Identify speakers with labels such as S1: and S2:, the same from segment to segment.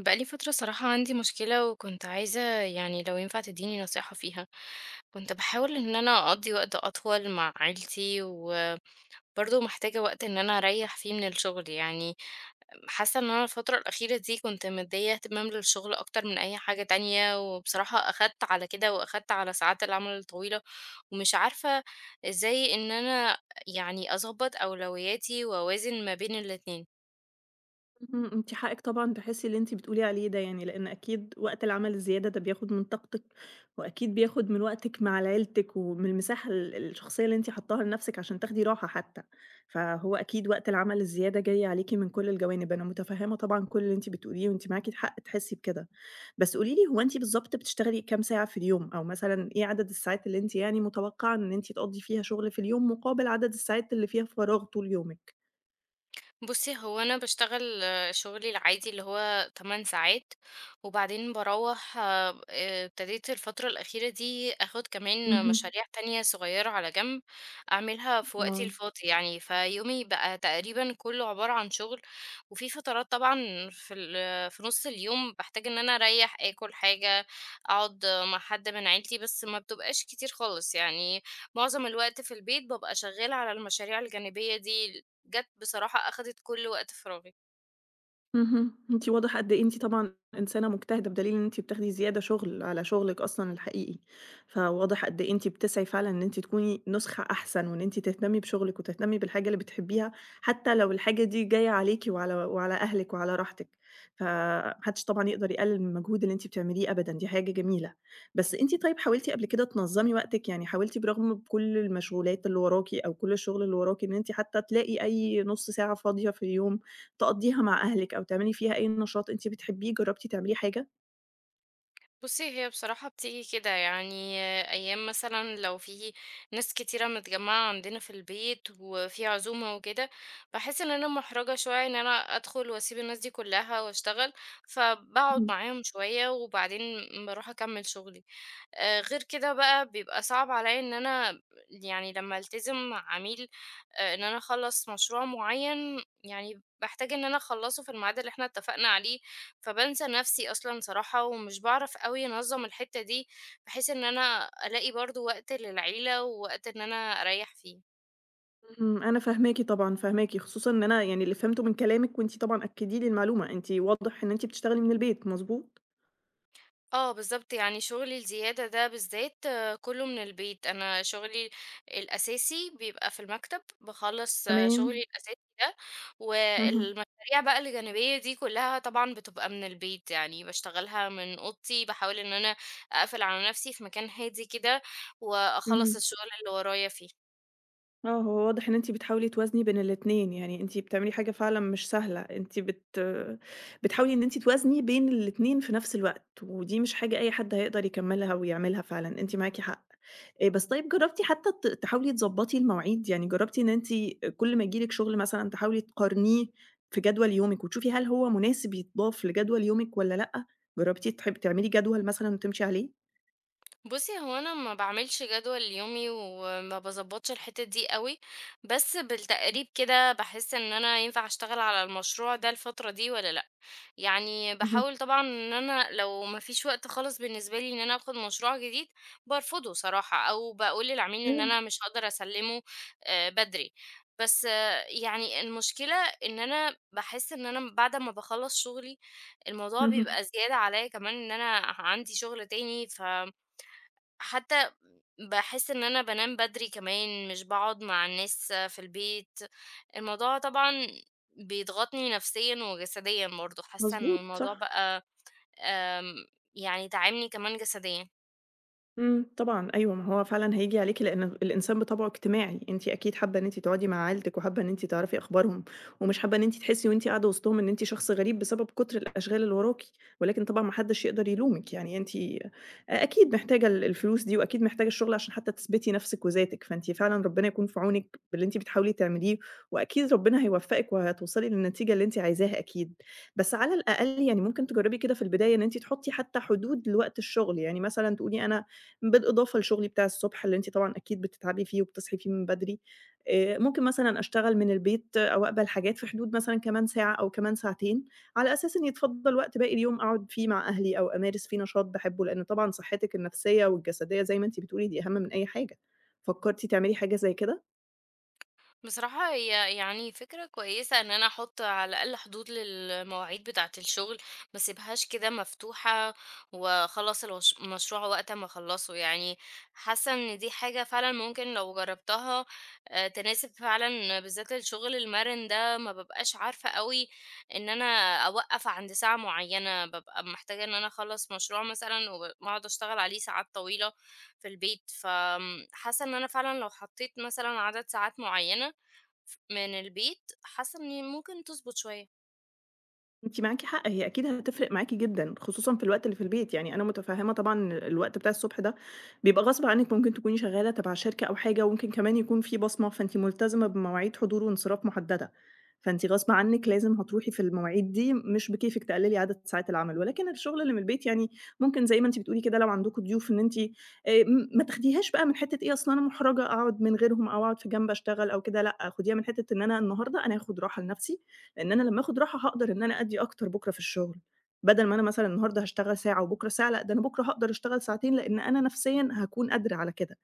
S1: بقالي فترة صراحة عندي مشكلة وكنت عايزة يعني لو ينفع تديني نصيحة فيها. كنت بحاول ان انا اقضي وقت اطول مع عيلتي وبرضه محتاجة وقت ان انا اريح فيه من الشغل يعني. حاسة ان انا الفترة الاخيرة دي كنت مدية اهتمام للشغل اكتر من اي حاجة تانية، وبصراحة اخدت على كده واخدت على ساعات العمل الطويلة، ومش عارفة ازاي ان انا يعني اظبط اولوياتي واوازن ما بين الاتنين.
S2: اهم، أنتِ حقِك طبعًا تحسّي اللي أنتِ بتقولي عليه ده يعني، لإن أكيد وقت العمل الزيادة ده بياخد من طاقتِك، وأكيد بياخد من وقتِك مع لعيلتِك، ومن المساحة الشخصية اللي أنتِ حاطاها لنفسِك عشان تاخدي راحة حتى، فهو أكيد وقت العمل الزيادة جاي عليكِ من كل الجوانب، أنا متفهّمة طبعًا كل اللي أنتِ بتقوليه، وأنتِ معاكِ حق تحسّي بكده، بس قولي لي هو أنتِ بالضبط بتشتغلي كام ساعة في اليوم، أو مثلًا إيه عدد الساعات اللي أنتِ يعني متوقعة إن أنتِ تقضّي فيها شغل في اليوم، مقابل عدد الساعات اللي فيها فراغ طول يومِك؟
S1: بُصّي، هو أنا باشتغل شغلي العادي اللي هو 8 ساعات، وبعدين باروّح. ابتديت الفترة الأخيرة دي آخُد كمان
S2: اهم،
S1: مشاريع تانية صغيّرة على جنب، أعملها في وقتي
S2: آه.
S1: الفاضي يعني، فيومي بقى تقريبًا كُلّه عبارة عن شغل. وفي فترات طبعًا في نُص اليوم باحتاج إن أنا أريّح، آكُل حاجة، أقعد مع حد من عيلتي، بس ما بتبقاش كتير خالص يعني، معظم الوقت في البيت بابقى شغّالة على المشاريع الجانبية دي. جات بصراحة أخدت كل وقت فراغي.
S2: اهم، أنتِ واضح قد إيه أنتِ طبعًا إنسانة مجتهدة، بدليل إن أنتِ بتاخدي زيادة شغل على شغلِك أصلًا الحقيقي، فواضح قد إيه أنتِ بتسعي فعلًا إن أنتِ تكوني نسخة أحسن، وإن أنتِ تهتمي بشغلِك وتهتمي بالحاجة اللي بتحبيها، حتى لو الحاجة دي جاية عليكِ وعلى أهلِك وعلى راحتِك، فما حدش طبعًا يقدر يقلل من المجهود اللي أنتِ بتعمليه أبدًا، دي حاجة جميلة. بس أنتِ طيب حاولتِ قبل كده تنظمي وقتِك؟ يعني حاولتِ برغم كل المشغولات اللي وراكِ أو كل الشغل اللي وراكِ إن أنتِ حتى تلاقي أي نُص ساعة فاضية في اليوم تقضّيها مع أهلِك أو تعملي فيها أي نشاط أنتِ بتحبيه، جرّبتِ تعمليه حاجة؟
S1: بُصّي، هي بصراحة بتيجي كده، يعني أيام مثلًا لو في ناس كتيرة متجمّعة عندنا في البيت وفي عزومة وكده، باحس إن أنا محرجة شوية إن أنا أدخل وأسيب الناس دي كلّها وأشتغل، فباقعد
S2: اهم.
S1: معاهم شوية وبعدين باروح أكمّل شغلي. غير كده بقى بيبقى صعب عليّا إن أنا يعني لمّا ألتزم مع عميل، إن أنا أخلّص مشروع معيّن، يعني باحتاج إن أنا أخلّصه في الميعاد اللي إحنا اتفقنا عليه، فبانسى نفسي أصلًا صراحة ومش باعرف أوي أنظّم الحتّة دي، بحيث إن أنا ألاقي برضه وقت للعيلة ووقت إن أنا أريّح فيه.
S2: اهم، أنا فاهماكِ طبعًا، فاهماكِ، خصوصًا إن أنا يعني اللي فهمته من كلامِك وأنتِ طبعًا أكّدي لي المعلومة، أنتِ واضح إن أنتِ بتشتغلي من البيت، مضبوط؟
S1: آه بالضبط، يعني شغلي الزيادة ده بالذات آه، كلّه من البيت. أنا شغلي الأساسي بيبقى في المكتب، باخلّص شغلي
S2: تمام،
S1: الأساسي ده،
S2: اهم،
S1: والمشاريع بقى الجانبية دي كلّها طبعًا بتبقى من البيت، يعني باشتغلها من أوضتي، باحاول إن أنا أقفل على نفسي في مكان هادي كده، وأخلّص
S2: اهم.
S1: الشغل اللي ورايا فيه.
S2: آه، هو واضح إن أنتِ بتحاولي توازني بين الاتنين، يعني أنتِ بتعملي حاجة فعلًا مش سهلة، أنتِ بت بتحاولي إن أنتِ توازني بين الاتنين في نفس الوقت، ودي مش حاجة أي حد هيقدر يكمّلها ويعملها فعلًا، أنتِ معاكِ حق. بس طيب جرّبتِ حتى تحاولي تضبّطي المواعيد، يعني جرّبتِ إن أنتِ كل ما ييجي لِك شغل مثلًا تحاولي تقارنيه في جدول يومِك وتشوفي هل هو مناسب يتضاف لجدول يومِك والّا لأ؟ جرّبتِ تحب تعملي جدول مثلًا وتمشي عليه؟
S1: بُصّي، هو أنا ما باعملش جدول يومي وما باضبّطش الحتّة دي أوي، بس بالتقريب كده باحس إن أنا ينفع أشتغل على المشروع ده الفترة دي والّا لأ. يعني
S2: اهم.
S1: باحاول طبعًا إن أنا لو ما فيش وقت خالص بالنسبة لي إن أنا آخُد مشروع جديد، بارفضه صراحة أو باقول للعميل إن
S2: حلو،
S1: أنا مش هاقدر أسلِّمه بدري. بس يعني المشكلة إن أنا باحس إن أنا بعد ما باخلّص شغلي، الموضوع
S2: اهم،
S1: بيبقى زيادة عليّا كمان إن أنا عندي شغل تاني حتى باحس إن أنا بانام بدري كمان، مش باقعد مع الناس في البيت. الموضوع طبعًا بيضغطني نفسيًا وجسديًا برضه، حاسة إن
S2: مضبوط،
S1: الموضوع
S2: صح.
S1: بقى آمم، يعني تاعبني كمان جسديًا.
S2: إمم، طبعًا أيوه، ما هو فعلًا هييجي عليكِ لإن الإنسان بطبعه اجتماعي، أنتِ أكيد حابة إن أنتِ تقعدي مع عيلتِك وحابة إن أنتِ تعرفي أخبارهم، ومش حابة إن أنتِ تحسي وأنتِ قاعدة وسطهم إن أنتِ شخص غريب بسبب كتر الأشغال اللي وراكِ، ولكن طبعًا ما حدش يقدر يلومِك، يعني أنتِ أكيد محتاجة الفلوس دي وأكيد محتاجة الشغل عشان حتى تثبتي نفسِك وذاتِك، فأنتِ فعلًا ربنا يكون في عونِك باللي أنتِ بتحاولي تعمليه، وأكيد ربنا هيوفقِك وهتوصلي للنتيجة اللي أنتِ عايزاها أكيد، بس على الأقل يعني ممكن تجربي كده في البداية إن أنتِ تحطي حتى حدود لوقت الشغل، يعني مثلًا تقولي أنا بالإضافة لشغلي بتاع الصبح اللي أنتِ طبعًا أكيد بتتعبي فيه وبتصحي فيه من بدري، ممكن مثلًا أشتغل من البيت أو أقبل حاجات في حدود مثلًا كمان ساعة أو كمان ساعتين، على أساس إن يتفضّل وقت باقي اليوم أقعد فيه مع أهلي أو أمارس فيه نشاط باحبه، لإن طبعًا صحتِك النفسية والجسدية زي ما أنتِ بتقولي دي أهم من أي حاجة. فكرتِ تعملي حاجة زي كده؟
S1: بصراحة هي يعني فكرة كويسة ان انا احط على الاقل حدود للمواعيد بتاعة الشغل، ما اسيبهاش كده مفتوحة، واخلص المشروع وقت ما اخلصه يعني. حاسة ان دي حاجة فعلا ممكن لو جربتها آه، تناسب فعلا بالذات الشغل المرن ده. ما ببقاش عارفة قوي ان انا اوقف عند ساعة معينة، ببقى محتاجة ان انا اخلص مشروع مثلا واقعد اشتغل عليه ساعات طويلة في البيت، فحاسة ان انا فعلا لو حطيت مثلا عدد ساعات معينة من البيت، حاسة إني ممكن تضبط شوية.
S2: أنتِ معاكِ حق، هي أكيد هتفرق معاكِ جدًا، خصوصًا في الوقت اللي في البيت، يعني أنا متفهمة طبعًا الوقت بتاع الصبح ده بيبقى غصب عنِك، ممكن تكوني شغالة تبع شركة أو حاجة، وممكن كمان يكون في بصمة، فأنتِ ملتزمة بمواعيد حضور وانصراف محددة، فأنتِ غصب عنِك لازم هتروحي في المواعيد دي، مش بكيفِك تقللي عدد ساعات العمل، ولكن الشغل اللي من البيت يعني ممكن زي ما أنتِ بتقولي كده لو عندكم ضيوف إن أنتِ ما تاخديهاش بقى من حتة إيه أصل أنا مُحرَجة أقعد من غيرهم أو أقعد في جنب أشتغل أو كده، لأ، خديها من حتة إن أنا النهارده أنا هاخد راحة لنفسي، لإن أنا لمّا آخد راحة هاقدر إن أنا أدّي أكتر بُكرة في الشغل، بدل ما أنا مثلًا النهارده هاشتغل ساعة وبُكرة ساعة، لأ ده أنا بُكرة هاقدر أشتغل ساعتين، لإن أنا نفسيًا هاكون قادرة على كده،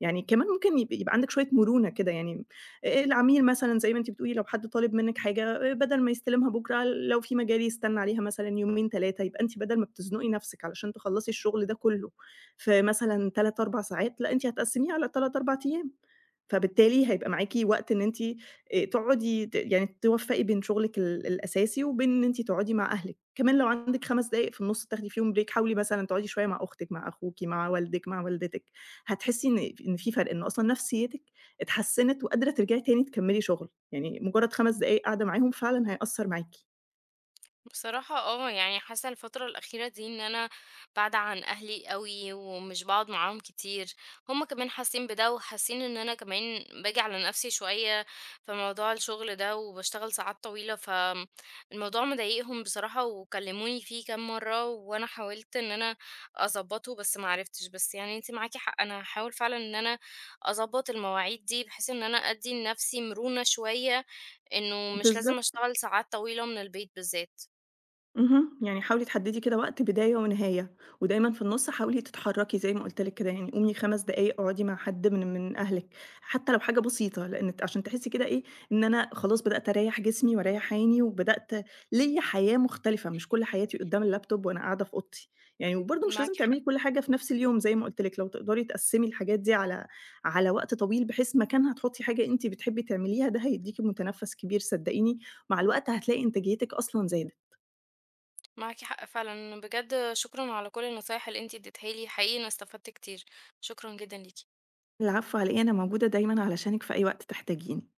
S2: يعني كمان ممكن يبقى عندك شوية مرونة كده يعني، العميل مثلًا زي ما أنتِ بتقولي لو حد طالب منِّك حاجة، بدل ما يستلمها بُكرة لو في مجال يستنى عليها مثلًا يومين 3 يبقى أنتِ بدل ما بتزنقي نفسِك علشان تخلّصي الشغل ده كله في مثلًا 3، 4 ساعات، لأ أنتِ هتقسّميها على 3، 4 أيام. فبالتالي هيبقى معاكِ وقت إن أنتِ تقعدي يعني توفّقي بين شغلِك الأساسي وبين إن أنتِ تقعدي مع أهلِك، كمان لو عندِك 5 دقايق في النُص تاخدي فيهم break حاولي مثلًا تقعدي شوية مع أختِك، مع أخوكِ، مع والدِك، مع والدتِك، هتحسّي إن في فرق، إن أصلًا نفسيتِك اتحسّنت وقادرة ترجعي تاني تكمّلي شغل، يعني مجرد 5 دقايق قاعدة معاهم فعلًا هيأثّر معاكِ.
S1: بصراحة يعني حاسة الفترة الأخيرة دي ان انا بعد عن اهلي قوي ومش بقعد معاهم كتير. هما كمان حاسين بده وحاسين ان انا كمان باجي على نفسي شوية في موضوع الشغل ده وبشتغل ساعات طويلة، فالموضوع مضايقهم بصراحة وكلموني فيه كام مرة، وانا حاولت ان انا اظبطه بس معرفتش. بس يعني انتي معاكي حق، انا هحاول فعلا ان انا اظبط المواعيد دي بحيث ان انا ادي لنفسي مرونة شوية، انه مش لازم
S2: بالضبط.
S1: اشتغل ساعات طويلة من البيت بالذات.
S2: اهم، يعني حاولي تحددي كده وقت بداية ونهاية، ودايمًا في النُص حاولي تتحركي زي ما قُلت لِك كده، يعني قومي 5 دقايق اقعدي مع حد من أهلِك، حتى لو حاجة بسيطة، لإن عشان تحسي كده إيه، إن أنا خلاص بدأت أريّح جسمي وأريّح عيني، وبدأت ليّا حياة مختلفة، مش كل حياتي قدام اللابتوب وأنا قاعدة في أوضتي، يعني وبرضه مش
S1: معاكِ
S2: لازم
S1: حق،
S2: تعملي كل حاجة في نفس اليوم زي ما قُلت لِك، لو تقدري تقسّمي الحاجات دي على وقت طويل، بحيث مكانها تحطي حاجة أنتِ بتحبي تعمليها، ده هيدّيكِ متنفس كبير صدقيني، مع الوقت هتلاقي إنتاجيتِك أصلًا زادت.
S1: معاكِ حق فعلًا، بجد شكرًا على كل النصايح اللي أنتِ اديتيها لي، حقيقي أنا استفدت كتير، شكرًا جدًا ليكِ.
S2: العفو على إيه، أنا موجودة دايمًا علشانِك في أي وقت تحتاجيني.